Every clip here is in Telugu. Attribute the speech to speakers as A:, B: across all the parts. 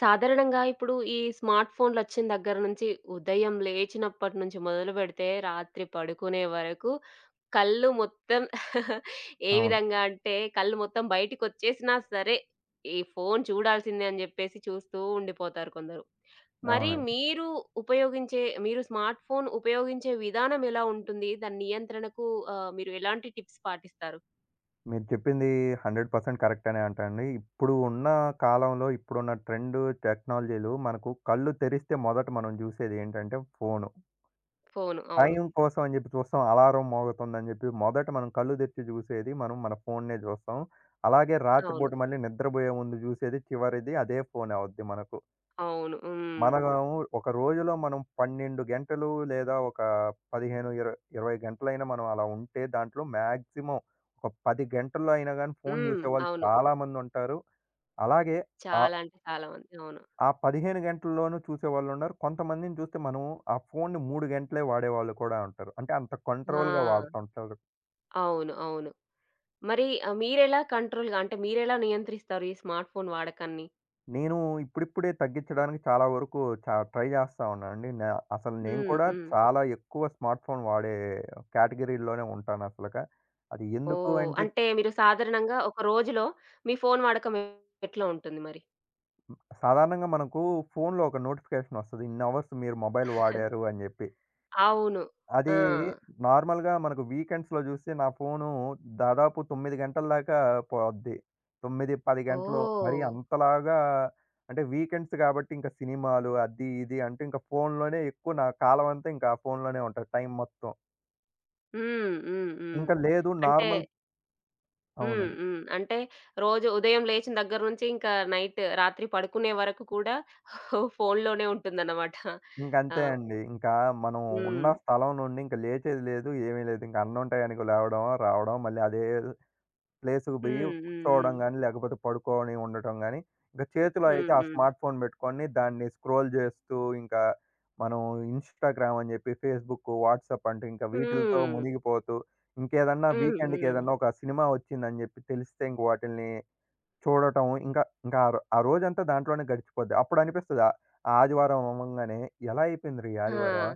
A: సాధారణంగా ఇప్పుడు ఈ స్మార్ట్ ఫోన్‌లొచ్చిన దగ్గర నుంచి, ఉదయం లేచినప్పటి నుంచి మొదలుపెడితే, రాత్రి పడుకునే వరకు కళ్ళు మొత్తం ఏ
B: అవును.
A: విధంగా అంటే, కళ్ళు మొత్తం బయటికొచ్చేసినా సరే, ఈ ఫోను చూడాల్సిందే అని జెప్పేసి చూస్తూ ఉండిపోతారు కొందరు. మరి
B: అవునండి.
A: ఉపయోగించే మీరు స్మార్ట్ ఫోన్ ఉపయోగించే విధానం ఎలా ఉంటుంది? దాని నియంత్రణకు మీరు ఎలాంటి టిప్స్ పాటిస్తారు?
B: మీరు చెప్పింది 100% కరెక్ట్ అనే అంటానండి. ఇప్పుడు ఉన్న కాలంలో, ఇప్పుడున్న ట్రెండ్ టెక్నాలజీలు మనకు కళ్ళు తెరిస్తే మొదట మనం జూసేది ఏంటంటే ఫోను.
A: ఫోను. అవును.
B: టైం కోసం అని జెప్పి చూస్తాం. అలారం మోగుతుందని జెప్పి మొదట మనం కళ్ళు తెరిచి జూసేది మనం మన ఫోన్‌నే జూస్తాం. అలాగే
A: అవును.
B: రాత్రిపూట మళ్ళీ నిద్రబోయే ముందు జూసేది చివరిది అదే ఫోనే అవుద్ది మనకు.
A: అవును. హ్మ్.
B: మనము ఒక రోజులో మనం 12 గంటలు లేదా ఒక 15, 20, 20 గంటలైనా మనం అలా ఉంటే దాంట్లో మాక్సిమం ఒక 10 గంటల్లో అయినా గాని ఫోను
A: హ్మ్.
B: చూసేవాళ్ళు
A: అవును.
B: చాలామంది ఉంటారు. అలాగే ఆహ్,
A: చాలా అంటే చాలా మంది. అవును.
B: ఆ 15 గంటల్లోనూ చూసేవాళ్ళున్నారు. కొంతమందిని చూస్తే మనం ఆ ఫోనుని 3 గంటలే వాడేవాళ్ళు కూడా ఉంటారు. అంటే అంత కంట్రోల్‌గా
A: ఆ!
B: వాడుతుంటారు.
A: అవును. అవును. మరి మీరెలా కంట్రోల్‌గా అంటే మీరెలా నియంత్రిస్తారు ఈ స్మార్ట్ ఫోన్ వాడకాన్ని?
B: నేను ఇప్పుడిప్పుడే తగ్గించడానికి చాలా వరకు ట్రై చేస్తా ఉన్నానండి. అసలు నేను
A: హ్మ్.
B: కూడా ఓకే.
A: హ్మ్.
B: చాలా ఎక్కువ స్మార్ట్ ఫోన్ వాడే కేటగిరీలోనే ఉంటానసలక. అది ఎందుకు
A: ఓహ్!
B: అంటే ఓకే.
A: అంటే మీరు సాధారణంగా ఒక రోజులో మీ ఫోన్ వాడకం ఎట్లా ఉంటుంది మరి?
B: సాధారణంగా మనకు ఫోన్‌లో ఒక నోటిఫికేషన్ వస్తది. ఇన్ని అవర్స్ మీరు మొబైల్ వాడారు అని జెప్పి.
A: అవును.
B: అది
A: ఆ!
B: నార్మల్‌గా మనకు వీకెండ్స్‌లో జూస్తే నా ఫోను దాదాపు 9 గంటల దాకా పోద్ది. 9, 10 గంటలు మరి
A: ఓహ్!
B: అంతలాగా అంటే వీకెండ్స్ గాబట్టి ఇంకా సినిమాలు అది ఇది అంటే ఇంకా ఫోనులోనే ఎక్కువ నా కాలం అంతా ఇంకా ఫోనులోనే ఉంటది టైం మొత్తం.
A: హ్మ్. హ్మ్. హ్మ్.
B: ఇంకా లేదు
A: అంటే
B: నార్మల్
A: హ్మ్.
B: అవును.
A: హ్మ్. అంటే రోజు ఉదయం లేచిన దగ్గర నుంచి ఇంకా నైట్ రాత్రి పడుకునే వరకు కూడా ఫోన్‌లోనే ఉంటుందన్నమాట. ఆ!
B: ఇంకంతే అండి. ఇంకా మనం ఉన్న
A: హ్మ్.
B: స్థలం నుండి ఇంక లేచేది లేదు, ఏమీ లేదు. ఇంక అన్నం టయానికి లేవడం, రావడం మళ్ళీ అదే ప్లేస్‌కి బోయి
A: హ్మ్. హ్మ్.
B: కూర్చోవడం
A: హ్మ్.
B: గాని, లేకపోతే పడుకొని ఉండటం గాని, ఇంక చేతిలో అయితే
A: హ్మ్.
B: ఆ
A: హ్మ్.
B: స్మార్ట్ ఫోన్ బెట్టుకొని దాన్ని స్క్రోల్ జేస్తూ ఇంకా మనం ఇన్‌స్టాగ్రామ్ అని జెప్పి, ఫేస్‌బుక్కు, వాట్సాప్ అంటూ ఇంకా వీటిలతో
A: హ్మ్.
B: మునిగిపోతూ, ఇంకేదన్నా
A: హ్మ్.
B: వీకెండ్‌కి
A: హ్మ్.
B: ఏదన్నా ఒక సినిమా వచ్చిందని జెప్పి తెలిస్తే ఇంక వాటిల్ని చూడటం, ఇంకా ఇంకా ఆ రోజంతా దాంట్లోనే గడిచిపోద్ది. అప్పుడనిపిస్తది ఆ ఆదివారం అవ్వంగానే ఎలా అయిపోయిందిరా ఈ ఆదివారం?
A: ఆ!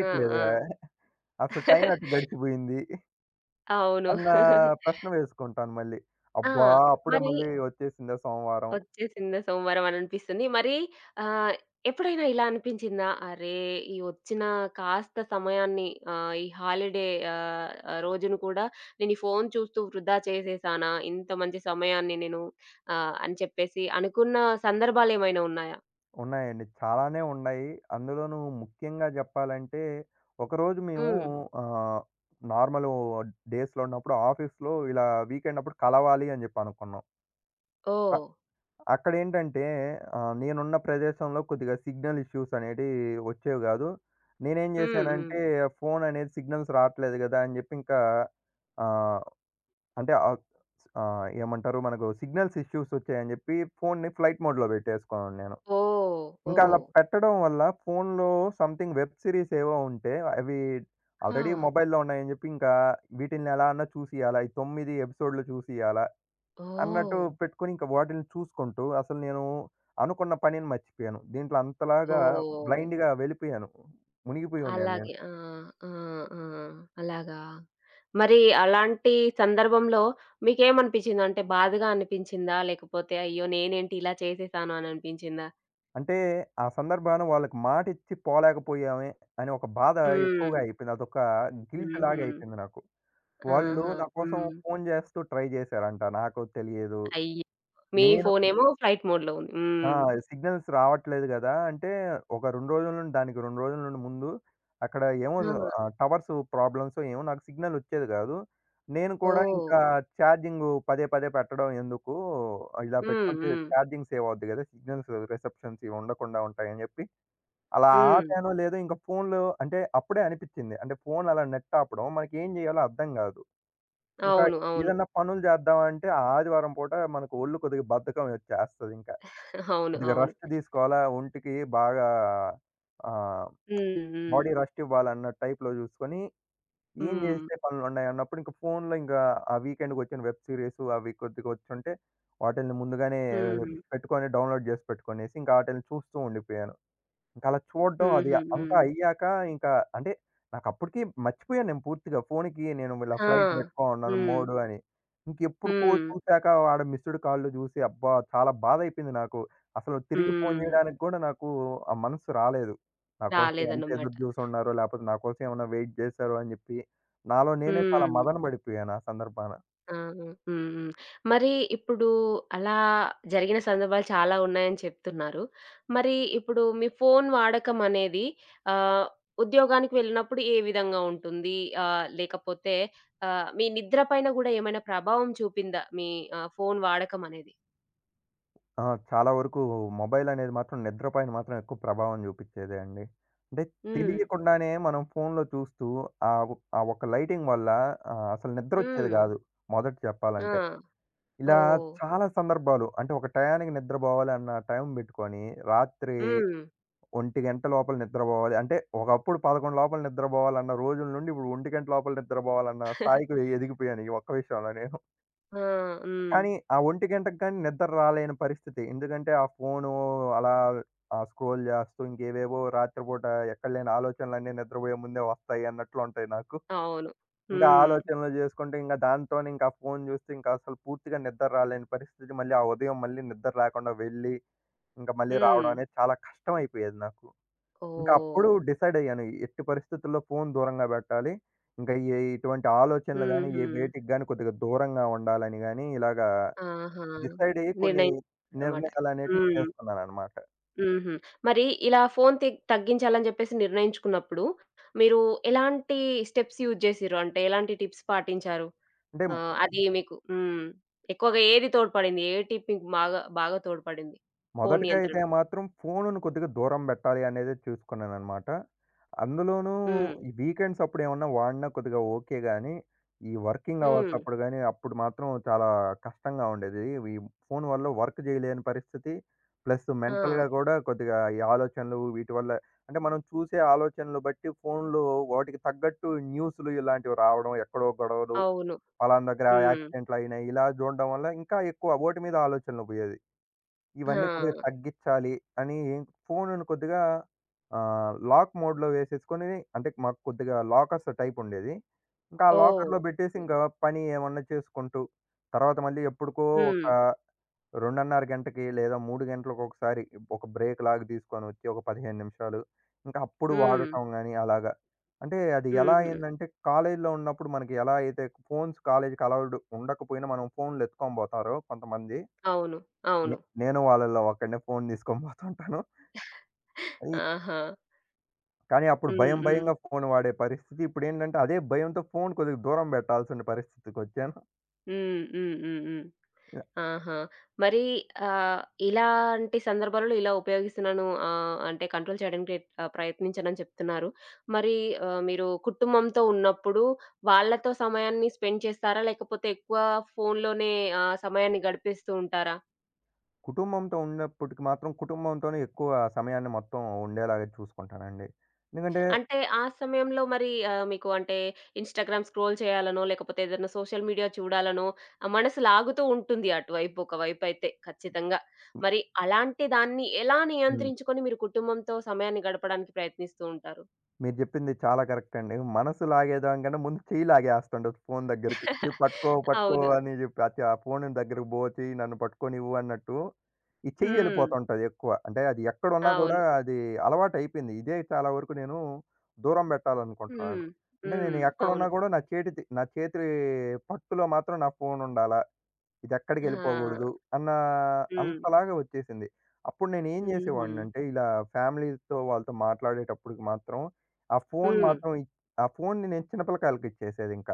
A: ఆ! ఆ!
B: అసలు టైం ఎట్ట గడిచిపోయింది?
A: అవును.
B: అన్న ప్రశ్న వేసుకుంటాను మళ్ళీ.
A: ఆ!
B: అబ్బా! అప్పుడే
A: మరి
B: మళ్ళీ వచ్చేసిందా సోమవారం.
A: వచ్చేసిందా సోమవారం అని అనిపిస్తుంది. మరి ఆహ్, ఎప్పుడైనా ఇలా అనిపించిందా? అరే! ఈ వచ్చిన కాస్త సమయాన్ని ఈ హాలిడే ఆహ్, ఆహ్, రోజును కూడా నేను ఈ ఫోను చూస్తూ వృధా చేసేసానా? ఇంత మంచి సమయాన్ని నేను అని చెప్పేసి అనుకున్న సందర్భాలేమైనా ఉన్నాయా?
B: ఉన్నాయండి. చాలానే ఉన్నాయి. అందులోనూ ముఖ్యంగా జెప్పాలంటే, ఒకరోజు మేము
A: హ్మ్.
B: ఆహ్, నార్మల్ డేస్‌లో ఉన్నప్పుడు ఆఫీస్‌లో ఇలా వీకెండ్ అప్పుడు కలవాలి అని జెప్పి అనుకున్నాం. అ
A: ఓహ్!
B: అక్కడేంటంటే నేనున్న ప్రదేశంలో కొద్దిగా సిగ్నల్ ఇష్యూస్ అనేటివి వచ్చేవి గాదు. నేనేం
A: హ్మ్. హ్మ్.
B: జేశానంటే, ఫోన్ అనేది సిగ్నల్స్ రాట్లేదు గదా! అని జెప్పి ఇంకా ఆహ్, అంటే ఆహ్, ఆ! ఏమంటారు? మనకు సిగ్నల్స్ ఇష్యూస్ వచ్చాయని చెప్పి ఫోన్‌ని ఫ్లైట్ మోడ్‌లో పెట్టేసుకున్నాను నేను.
A: ఓహ్!
B: ఇంకా అలా
A: ఓహ్!
B: పెట్టడం వల్ల ఫోన్‌లో సంథింగ్ వెబ్ సీరీస్ ఏవో ఉంటే అవి
A: ఆ!
B: ఆల్రెడీ మొబైల్‌లో ఉన్నాయని చెప్పి ఇంకా వీటిల్ని ఎలా అన్నా చూసియాలా. ఈ 9 ఎపిసోడ్‌లు చూసియాలా అన్నట్టు
A: ఓహ్!
B: పెట్టుకొని ఇంకా వాటిల్ని చూసుకుంటూ అసలు నేను అనుకున్న పనిని మర్చిపోయాను. దీంట్లో అంతలాగా
A: ఓహ్!
B: బ్లైండ్‌గా వెళ్ళిపోయాను. మునిగిపోయి ఉన్నాను నేను.
A: అలాగే. ఆ! ఆ! ఆ! అలాగా. మరి అలాంటి సందర్భంలో మీకేమనిపించింది? అంటే బాధగా అనిపించిందా? లేకపోతే అయ్యో! నేనేంటి ఇలా చేసేసాను అని అనిపించిందా?
B: అంటే, ఆ సందర్భాన వాళ్ళకి మాటిచ్చి పోలేకపోయామే అని ఒక బాధ
A: హ్మ్.
B: ఎక్కువగా అయిపోయింది. అదొక గిల్ట్
A: హుహు.
B: లాగయిపోయింది నాకు. వాళ్ళు
A: ఆహా!
B: నా కోసం
A: హ్మ్.
B: ఫోను జేస్తూ ట్రై జేశారంట. నాకు తెలియదు.
A: అయ్యో! మీ
B: నేను
A: ఫోనేమో ఫ్లైట్ మోడ్‌లో ఉంది.
B: ఆ!
A: హ్మ్.
B: సిగ్నల్స్ రావట్లేదు గదా! అంటే, ఒక 2 రోజుల నుండి దానికి 2 రోజుల నుండి ముందు అక్కడ ఏమో
A: ఆ!
B: టవర్స్ ప్రాబ్లమ్సో ఏమో నాకు సిగ్నల్ ఒచ్చేది గాదు. నేను కూడా
A: ఓహ్!
B: ఇంకా ఛార్జింగు పదే పదే పెట్టడం ఎందుకు? ఇలా
A: హ్మ్.
B: పెట్టుకుంటే
A: హ్మ్.
B: ఛార్జింగ్ సేవ్ అవుద్ది గదా! సిగ్నల్స్ రిసెప్షన్స్ ఇవి ఉండకుండా ఉంటాయని జెప్పి అలా
A: హ్మ్.
B: ఆపానో లేదో ఇంకా ఫోన్‌లో అంటే అప్పుడే అనిపిచ్చింది. అంటే ఫోన్‌లో అలా నెట్ ఆపడం మనకేం జేయాలో అర్థం గాదు. ఇంకా
A: అవును. అవును.
B: ఏదన్నా పనులు జేద్దామంటే ఆ ఆదివారం పూట మనకు ఒళ్ళు కొద్దిగా బద్ధకం వచ్చేస్తదింకా.
A: అవును.
B: కొద్దిగా
A: అవును.
B: రెస్ట్ దీసుకోవాలా, ఒంటికి బాగా ఆహ్,
A: హ్మ్. హ్మ్.
B: బాడీ రెస్ట్ ఇవ్వాలన్న టైప్‌లో జూసుకొని, ఏం
A: హ్మ్.
B: జేస్తే పనులున్నాయన్నప్పుడు ఇంక ఫోన్‌లో ఇంకా ఫోన్లో ఇంకా ఆ వీకెండ్‌కొచ్చిన వెబ్ సీరీసు అవి కొద్దిగా వచ్చుంటే వాటిల్ని ముందుగానే హ్మ్.
A: హ్మ్.
B: పెట్టుకొని డౌన్‌లోడ్ జేసి పెట్టుకొనేసి ఇంకా ఆటిల్ని చూస్తూ ఉండిపోయాను. ఇంకా అలా చూడడం అది
A: హుహు.
B: అంతా
A: హ్మ్.
B: అయ్యాక ఇంకా అంటే నాకప్పటికి మర్చిపోయాను నేను పూర్తిగా. ఫోనుకి నేను ఇలా
A: ఆ!
B: ఫ్లైట్ పెట్టుకోనున్నాను
A: హ్మ్.
B: మోడు అని. ఇంకెప్పుడుకో
A: హ్మ్.
B: చూసాక వాడు మిస్డ్ కాల్‌లు చూసి అబ్బా! చాలా బాధైపోయింది నాకు. అసలు తిరిగి ఫోను
A: హ్మ్.
B: చేయడానికి కూడా నాకు ఆ మనసు రాలేదు. నా కోసం ఎంత ఎదురు
A: రాలేదన్నమాట.
B: చూసున్నారో లేకపోతే నా కోసం ఏమన్నా వెయిట్ చేశారో అని చెప్పి నాలో నేనే చాలా
A: హ్మ్.
B: మదన పడిపోయాను ఆ సందర్భాన.
A: ఆ! హ్మ్. హ్మ్. మరి ఇప్పుడు అలా జరిగిన సందర్భాలు చాలా ఉన్నాయని చెప్తున్నారు. మరి ఇప్పుడు మీ ఫోను వాడకం అనేది ఆహ్, ఉద్యోగానికి వెళ్ళినప్పుడు ఏ విధంగా ఉంటుంది? లేకపోతే మీ నిద్ర పైన గూడా ఏమైనా ప్రభావం చూపిందా మీ ఫోను వాడకం అనేది?
B: ఆ! చాలా వరకు మొబైలనేది మాత్రం నిద్ర పైన మాత్రం ఎక్కువ ప్రభావం చూపిచ్చేదే అండి. అంటే
A: హ్మ్.
B: తెలియకుండానే మనం ఫోన్‌లో చూస్తూ ఆహ్, ఆ ఒక్క లైటింగ్ వల్ల అసలు నిద్రొచ్చేది
A: హ్మ్.
B: గాదు. మొదట చెప్పాలంటే.
A: ఆ!
B: ఇలా
A: ఓహ్!
B: చాలా సందర్భాలు అంటే ఒక టయానికి నిద్రబోవాలి అన్న టైం బెట్టుకొని రాత్రి
A: హ్మ్.
B: 1:00 లోపల నిద్రబోవాలి. అంటే ఒకప్పుడు 11 లోపల నిద్రబోవాలన్న రోజుల నుండి ఇప్పుడు 1:00 లోపల నిద్రబోవాలన్న స్థాయికి ఎదిగిపోయాను ఈ ఒక్క విషయంలో నేను.
A: ఆ! హ్మ్.
B: కానీ ఆ 1 గంటకి గాని నిద్ర రాలేని పరిస్థితి. ఎందుకంటే ఆ ఫోను అలా స్క్రోల్ చేస్తూ ఇంకేవేవో రాత్రిపూట ఎక్కడలేని ఆలోచనలన్నీ నిద్రపోయే ముందే వస్తాయి అన్నట్లు ఉంటాయి నాకు.
A: అవును.
B: ఇంకా ఆ
A: హ్మ్.
B: ఆలోచనలు చేసుకుంటే ఇంకా దాంతోనే ఇంకా ఫోను చూస్తే ఇంకా అసలు పూర్తిగా నిద్ర రాలేని పరిస్థితి. మళ్ళీ ఆ ఉదయం మళ్ళీ నిద్ర లేకుండా వెళ్ళి, ఇంకా మళ్ళీ
A: హ్మ్.
B: రావడం అనేది చాలా కష్టమైపోయేది నాకు. ఇంకా అప్పుడు
A: ఓహ్!
B: డిసైడ్ అయ్యాను. ఎట్టి పరిస్థితుల్లో ఫోను దూరంగా పెట్టాలి. ఇంకా ఇటువంటి ఆలోచనలు గాని,
A: హుహు.
B: ఏ వేటికి గాని కొద్దిగా దూరంగా ఉండాలని గాని ఇలాగా
A: ఆహా!
B: డిసైడ్ అయ్యి కొన్ని
A: నిర్ణయించుకున్నారనమాట.
B: నిర్ణయాలనేటివి
A: హ్మ్.
B: చేస్తున్నాననమాట.
A: హుహు. మరి ఇలా ఫోను తగ్గించాలని జెప్పేసి నిర్ణయించుకున్నప్పుడు, మీరు ఎలాంటి స్టెప్స్ యూజ్ జేసిర్రు? అంటే ఎలాంటి టిప్స్ పాటించారు?
B: అంటే
A: అది మీకు హ్మ్. ఎక్కువగా ఏది తోడ్పడింది? ఏ టిప్ మీకు బాగా బాగా తోడ్పడింది? ఫోను
B: మొదటగా
A: నియంత్రణ?
B: అయితే మాత్రం ఫోనును కొద్దిగా దూరం బెట్టాలి అనేదే చూసుకున్నాననమాట. అందులోనూ
A: హ్మ్.
B: ఈ వీకెండ్స్ అప్పుడేమన్నా వాడినా కొద్దిగా ఓకే గానీ, ఈ వర్కింగ్ అవర్స్
A: హ్మ్.
B: అప్పుడు గానీ, అప్పుడు మాత్రం చాలా కష్టంగా ఉండేది. ఈ ఫోను వల్ల వర్క్ జేయలేని పరిస్థితి, ప్లస్
A: ఆ!
B: మెంటల్‌గా గూడా కొద్దిగా ఈ ఆలోచనలు వీటి వల్ల అంటే మనం చూసే ఆలోచనలు బట్టి ఫోన్‌లో వాటికి తగ్గట్టు న్యూసులు ఇలాంటివి రావడం, ఎక్కడో గొడవలు
A: అవును.
B: పలానా దగ్గర
A: హ్మ్.
B: యాక్సిడెంట్లు అయినాయి. ఇలా చూడడం వల్ల ఇంకా ఎక్కువ ఓటి మీద ఆలోచనలు పోయేది. ఇవన్నీ కొద్దిగా
A: ఆ!
B: తగ్గిచ్చాలి అని ఫోనును కొద్దిగా లాక్ మోడ్‌లో వేసేసుకొని అంటే మాకు కొద్దిగా లాకర్స్ టైప్ ఉండేది. ఇంకా ఆ
A: ఓహ్!
B: లాకర్‌లో పెట్టేసి ఇంకా పని ఏమన్నా చేసుకుంటూ తర్వాత మళ్ళీ ఎప్పుడుకో ఒక
A: హ్మ్.
B: 2:30 గంటకి లేదా 3 గంటలకొకసారి ఒక బ్రేక్ లాగా తీసుకొనొచ్చి ఒక 15 నిమిషాలు. ఇంకా అప్పుడు
A: హ్మ్.
B: వాడటం గాని అలాగా. అంటే అది ఎలా
A: హుహు.
B: అయిందంటే కాలేజీలో ఉన్నప్పుడు మనకి ఎలా అయితే ఫోన్స్ కాలేజీకి అలౌడ్ ఉండకపోయినా మనం ఫోన్‌లు ఎత్తుకొని పోతారో కొంతమంది.
A: అవును. అవును.
B: నే నేను వాళ్ళలో ఒకడినే ఫోన్ తీసుకొని పోతుంటాను. అది
A: ఆహా!
B: కానీ అప్పుడు
A: హ్మ్.
B: భయం
A: హ్మ్.
B: భయంగా ఫోన్ వాడే పరిస్థితి. ఇప్పుడేంటంటే అదే భయంతో ఫోన్ కొద్దిగా దూరం పెట్టాల్సిన పరిస్థితికొచ్చాను.
A: హ్మ్. హ్మ్. హ్మ్. హ్మ్. ఆహా! మరి ఆహ్, ఇలాంటి సందర్భాలలో ఇలా ఉపయోగిస్తున్నాను అంటే కంట్రోల్ చేయడానికి ప్రయత్నించానని చెప్తున్నారు. మరి మీరు కుటుంబంతో ఉన్నప్పుడు వాళ్ళతో సమయాన్ని స్పెండ్ చేస్తారా? లేకపోతే ఎక్కువ ఫోనులోనే సమయాన్ని గడిపేస్తూ ఉంటారా?
B: కుటుంబంతో ఉన్నప్పటికి మాత్రం కుటుంబంతోనే ఎక్కువ సమయాన్ని మొత్తం ఉండేలాగా చూసుకుంటానండి. ఎందుకంటే
A: అంటే ఆ సమయంలో మరి మీకు అంటే ఇన్‌స్టాగ్రామ్ స్క్రోల్ చేయాలనో, లేకపోతే ఏదైనా సోషల్ మీడియా చూడాలనో, మనసు లాగుతూ ఉంటుంది అటువైపు ఒకవైపయితే ఖచ్చితంగా.
B: హ్మ్.
A: మరి అలాంటి దాన్ని ఎలా
B: హ్మ్.
A: నియంత్రించుకొని మీరు కుటుంబంతో సమయాన్ని గడపడానికి ప్రయత్నిస్తూ ఉంటారు?
B: మీరు చెప్పింది చాలా కరెక్ట్ అండి. మనసు లాగేదానికన్నా ముందు చెయ్యి లాగేస్తుంటది ఫోను దగ్గరికి. చెయ్యి పట్టుకో, పట్టుకో
A: అవును.
B: అని చెప్పి అచ్చ ఆ ఫోను దగ్గరికి బో చెయ్యి నన్ను పట్టుకోనివ్వు అన్నట్టు ఈ చెయ్యి
A: హ్మ్.
B: ఎళ్ళిపోతుంటది ఎక్కువ. అంటే అది ఎక్కడున్నా గూడా
A: అవును.
B: అది అలవాటయిపోయింది. ఇదే చాలా వరకు నేను దూరం పెట్టాలనుకుంటున్నాను.
A: హ్మ్.
B: అంటే
A: హ్మ్.
B: నేను ఎక్కడున్నా
A: అవును.
B: గూడా నా చేటి తి నా చేతి పట్టులో మాత్రం నా ఫోనుండాల. ఇదెక్కడికి వెళ్ళిపోకూడదు
A: ఆ!
B: అన్న
A: హ్మ్.
B: అంతలాగా వచ్చేసింది. అప్పుడు నేనేం
A: హుహు.
B: చేసేవాడినంటే ఇలా ఫ్యామిలీతో వాళ్ళతో మాట్లాడేటప్పుడుకి మాత్రం ఆ ఫోను
A: హ్మ్.
B: మాత్రం ఇ ఆ ఫోనుని నేను చిన్న పిల్లకాయలకి ఇచ్చేసేదింకా.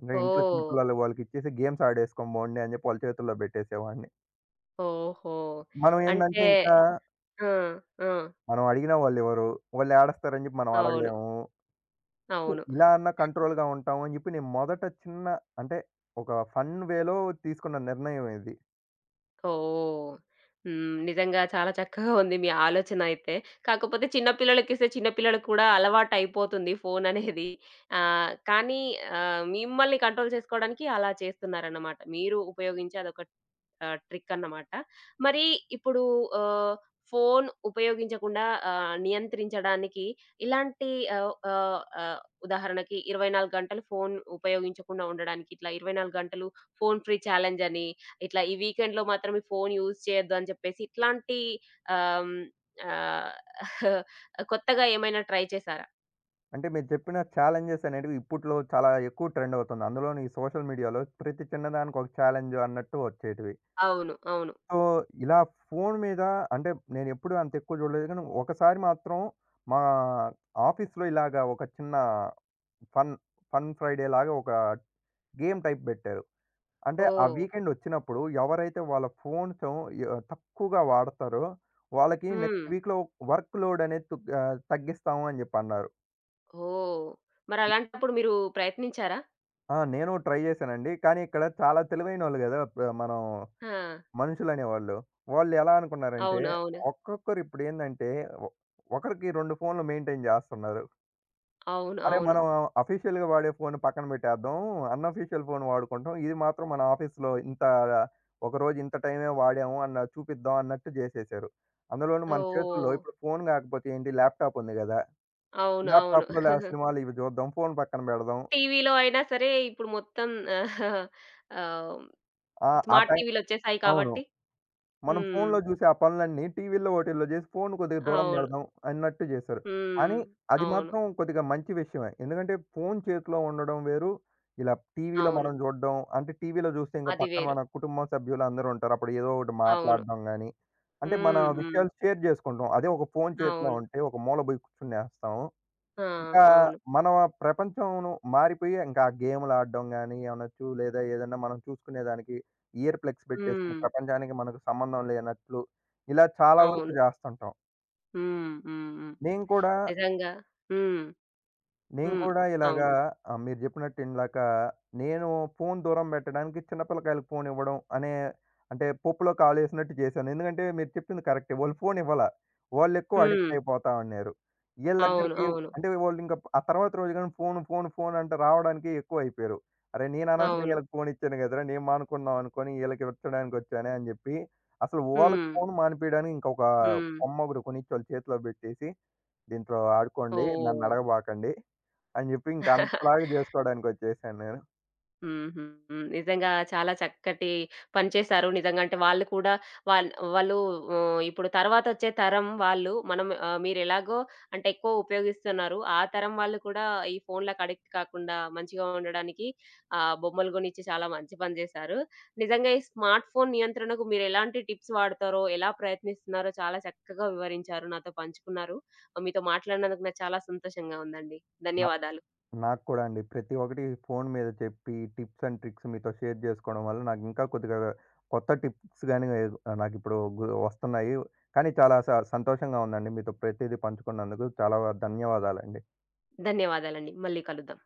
B: అంటే ఇంట్లో చిన్న
A: ఓహ్!
B: పిల్లలు వాళ్ళకి ఇచ్చేసి గేమ్స్ ఆడేసుకొని పోండి అని చెప్పి వాళ్ళ చేతుల్లో పెట్టేసేవాడిని.
A: ఓహో!
B: మనం ఏంటంటే
A: అంటే
B: ఇంకా
A: ఆ! ఆ!
B: మనం అడిగినా వాళ్ళివ్వరు. వాళ్ళు ఏడస్తారని చెప్పి మనం
A: అవును.
B: అడగలేము. సో,
A: అవును.
B: ఇలా అన్నా కంట్రోల్‌గా ఉంటాము అని చెప్పి నేను మొదట చిన్న అంటే ఒక ఫన్ వేలో తీసుకున్న నిర్ణయం ఇది.
A: ఓహ్! హ్మ్. నిజంగా చాలా చక్కగా ఉంది మీ ఆలోచన అయితే. కాకపోతే చిన్న పిల్లలకిస్తే చిన్న పిల్లలకి కూడా అలవాటయిపోతుంది ఫోను అనేది. కానీ మిమ్మల్ని కంట్రోల్ చేసుకోవడానికి అలా చేస్తున్నారన్నమాట. మీరు ఉపయోగించే అదొక ట్రిక్ అన్నమాట. మరి ఇప్పుడు ఆహ్, ఫోను ఉపయోగించకుండా నియంత్రించడానికి ఇలాంటి ఆహ్, ఆహ్, ఆహ్, ఉదాహరణకి 24 గంటలు ఫోను ఉపయోగించకుండా ఉండడానికి ఇట్లా 24 గంటలు ఫోను ఫ్రీ ఛాలెంజ్ అని ఇట్లా ఈ వీకెండ్‌లో మాత్రం ఈ ఫోను యూజ్ చేయొద్దు అని చెప్పేసి ఇట్లాంటి ఆహ్, హ్మ్. ఆహ్, కొత్తగా ఏమైనా ట్రై చేసారా?
B: అంటే మీరు చెప్పిన ఛాలెంజెస్ అనేటివి ఇప్పట్లో చాలా ఎక్కువ ట్రెండ్ అవుతుంది. అందులోను ఈ సోషల్ మీడియాలో ప్రతి చిన్నదానికి ఒక ఛాలెంజ్ అన్నట్టు వచ్చేటివి.
A: అవును. అవును.
B: సో, ఇలా ఫోను మీద అంటే నేనెప్పుడు అంత ఎక్కువ చూడలేదు. కానీ ఒకసారి మాత్రం మా ఆఫీస్‌లో ఇలాగ ఒక చిన్న ఫన్, ఫన్ ఫ్రైడే లాగా ఒక గేమ్ టైప్ బెట్టారు. అంటే ఆ
A: ఓహ్!
B: వీకెండ్ వచ్చినప్పుడు ఎవరైతే వాళ్ళ ఫోన్సు య తక్కువగా వాడతారో వాళ్ళకి
A: హ్మ్.
B: నెక్స్ట్ వీక్‌లో వర్క్ లోడ్ అనేది తగ్గిస్తాము అని జెప్పన్నారు.
A: ఓహ్! మరలాంటప్పుడు మీరు ప్రయత్నించారా?
B: ఆ! నేను ట్రై చేశానండి. కానీ ఇక్కడ చాలా తెలివైనోళ్ళు గదా! మనం
A: ఆ!
B: మనుషులనేవాళ్ళు. వాళ్ళు ఎలా అనుకున్నారంటే,
A: అవును. అవును.
B: ఒక్కొక్కరు ఇప్పుడేందంటే, ఒ ఒకరికి 2 ఫోన్‌లు మెయింటైన్ జేస్తున్నారు.
A: అవును.
B: అరే!
A: అవును.
B: మనం అఫీషియల్‌గా వాడే ఫోన్ పక్కన పెట్టేద్దాం. అన్‌అఫీషియల్ ఫోన్ వాడుకుంటాం. ఇది మాత్రం మన ఆఫీస్‌లో ఇంత ఒకరోజు ఇంత టైమే వాడాము అన్న చూపిద్దాం అన్నట్టు జేసేశారు. అందులోనూ మన చేతుల్లో
A: ఓహ్!
B: ఇప్పుడు ఫోన్ గాకపోతే ఏంటి ల్యాప్‌టాప్ ఉంది గదా!
A: అవును. అవును.
B: ల్యాప్‌టాప్‌లో లా సినిమాలు ఇవి జూద్దాం. ఫోన్ పక్కన బెడదాం.
A: టీవీలో అయినా సరే ఇప్పుడు మొత్తం ఆహ్,
B: ఆ! ఆ
A: స్మార్ట్
B: టైం
A: టీవీలొచ్చేసాయి
B: అవును.
A: కాబట్టి.
B: మనం
A: హ్మ్.
B: ఫోన్‌లో జూసే ఆ పనులన్నీ టీవీల్లో, ఓటీల్లో జేసి ఫోన్ కొద్దిగా దూరం
A: అవును.
B: బెడదాం అన్నట్టు జేశారు.
A: హ్మ్.
B: కానీ అది
A: అవును.
B: మాత్రం కొద్దిగా మంచి విషయమే. ఎందుకంటే ఫోన్ చేతిలో ఉండడం వేరు. ఇలా టీవీలో
A: అవును.
B: మనం జూడడం అంటే టీవీలో జూస్తే ఇంకా
A: అది
B: పక్కన
A: వేరు.
B: మన కుటుంబం సభ్యులు అందరూ ఉంటారు. అప్పుడు ఏదో ఒకటి
A: అవును.
B: మాట్లాడడం గాని, అంటే మన
A: హ్మ్. హ్మ్.
B: విషయాలు షేర్ జేసుకుంటాం. అదే ఒక ఫోన్ చేతిలో
A: అవును.
B: ఉంటే ఒక మూల బోయి కూర్చునేస్తాం.
A: ఆ!
B: ఇంకా
A: అవును.
B: మన ప్రపంచమును మారిపోయి ఇంకా గేమ్‌లు ఆడడం గాని అనొచ్చు. లేదా ఏదన్నా మనం చూసుకునేదానికి ఇయర్ ప్లగ్స్
A: హ్మ్.
B: పెట్టేసుకొని ప్రపంచానికి మనకు సంబంధం లేనట్లు ఇలా చాలా వరకు
A: అవును.
B: జేస్తుంటాం.
A: హ్మ్. హ్మ్. హ్మ్.
B: నేను కూడా
A: నిజంగా. హ్మ్.
B: నేను
A: హ్మ్.
B: కూడా ఇలాగా
A: అవును.
B: మీరు చెప్పినట్టు ఇందాక నేను ఫోను దూరం పెట్టడానికి చిన్న పిల్లకాయలకు ఫోను ఇవ్వడం అనే అంటే పప్పులో కాలేసినట్టు చేశాను. ఎందుకంటే మీరు చెప్పింది కరెక్టే. వాళ్ళు ఫోను ఇవ్వలా. వాళ్ళెక్కువ
A: హ్మ్.
B: అడిక్ట్ అయిపోతా ఉన్నారు. ఈళ్ళ
A: అవును.
B: దగ్గరికి
A: అవును.
B: అంటే వాళ్ళింక ఆ తర్వాత రోజు గాని ఫోను, ఫోను, ఫోను అంటే రావడానికి ఎక్కువైపోయారు. అరే! నేను అనవసరంగా
A: అవును.
B: ఈళ్ళకి ఫోను ఇచ్చాను గదరా! నేను మానుకుందాం అనుకోని ఈళ్ళకి ఇచ్చడానికొచ్చానే అని జెప్పి అసలు వాళ్ళకి
A: హ్మ్.
B: ఫోను మానిపియడానికి ఇంకొక
A: హ్మ్.
B: బొమ్మ గూడా కొనిచ్చి వాళ్ళ చేతిలో బెట్టేసి, "దీంట్లో ఆడుకోండి.
A: ఓహ్!
B: నన్నడగబాకండి." అని జెప్పి ఇంక అంతలాగా జేసుకోవడానికొచ్చేసాను నేను.
A: హుహు. హ్మ్. నిజంగా చాలా చక్కటి పని చేశారు. నిజంగా అంటే వాళ్ళు కూడా వాళ్ వాళ్ళు హ్మ్, ఇప్పుడు తర్వాతొచ్చే తరం వాళ్ళు మనం మీరెలాగో అంటే ఎక్కువ ఉపయోగిస్తున్నారు. ఆ తరం వాళ్ళు కూడా ఈ ఫోన్‌లకి అడిక్ట్ కాకుండా మంచిగా ఉండడానికి బొమ్మలు గొనిచ్చి చాలా మంచి పని జేశారు. నిజంగా ఈ స్మార్ట్ ఫోన్ నియంత్రణకు మీరెలాంటి టిప్స్ వాడతారో, ఎలా ప్రయత్నిస్తున్నారో చాలా చక్కగా వివరించారు. నాతో పంచుకున్నారు. మీతో మాట్లాడినందుకు నాకు చాలా సంతోషంగా ఉందండి.
B: నా
A: ధన్యవాదాలు.
B: నాకు కూడా అండి. ప్రతి ఒక్కటి ఫోను మీద చెప్పి, టిప్స్ అండ్ ట్రిక్స్ మీతో షేర్ జేసుకోవడం వల్ల నాకు ఇంకా కొద్దిగా కొత్త టిప్స్ గాని నాకిప్పుడు వస్తున్నాయి. కానీ చాలా సంతోషంగా ఉందండి. మీతో ప్రతీదీ పంచుకున్నందుకు చాలా ధన్యవాదాలండి.
A: ధన్యవాదాలండి. మళ్ళీ కలుద్దాం.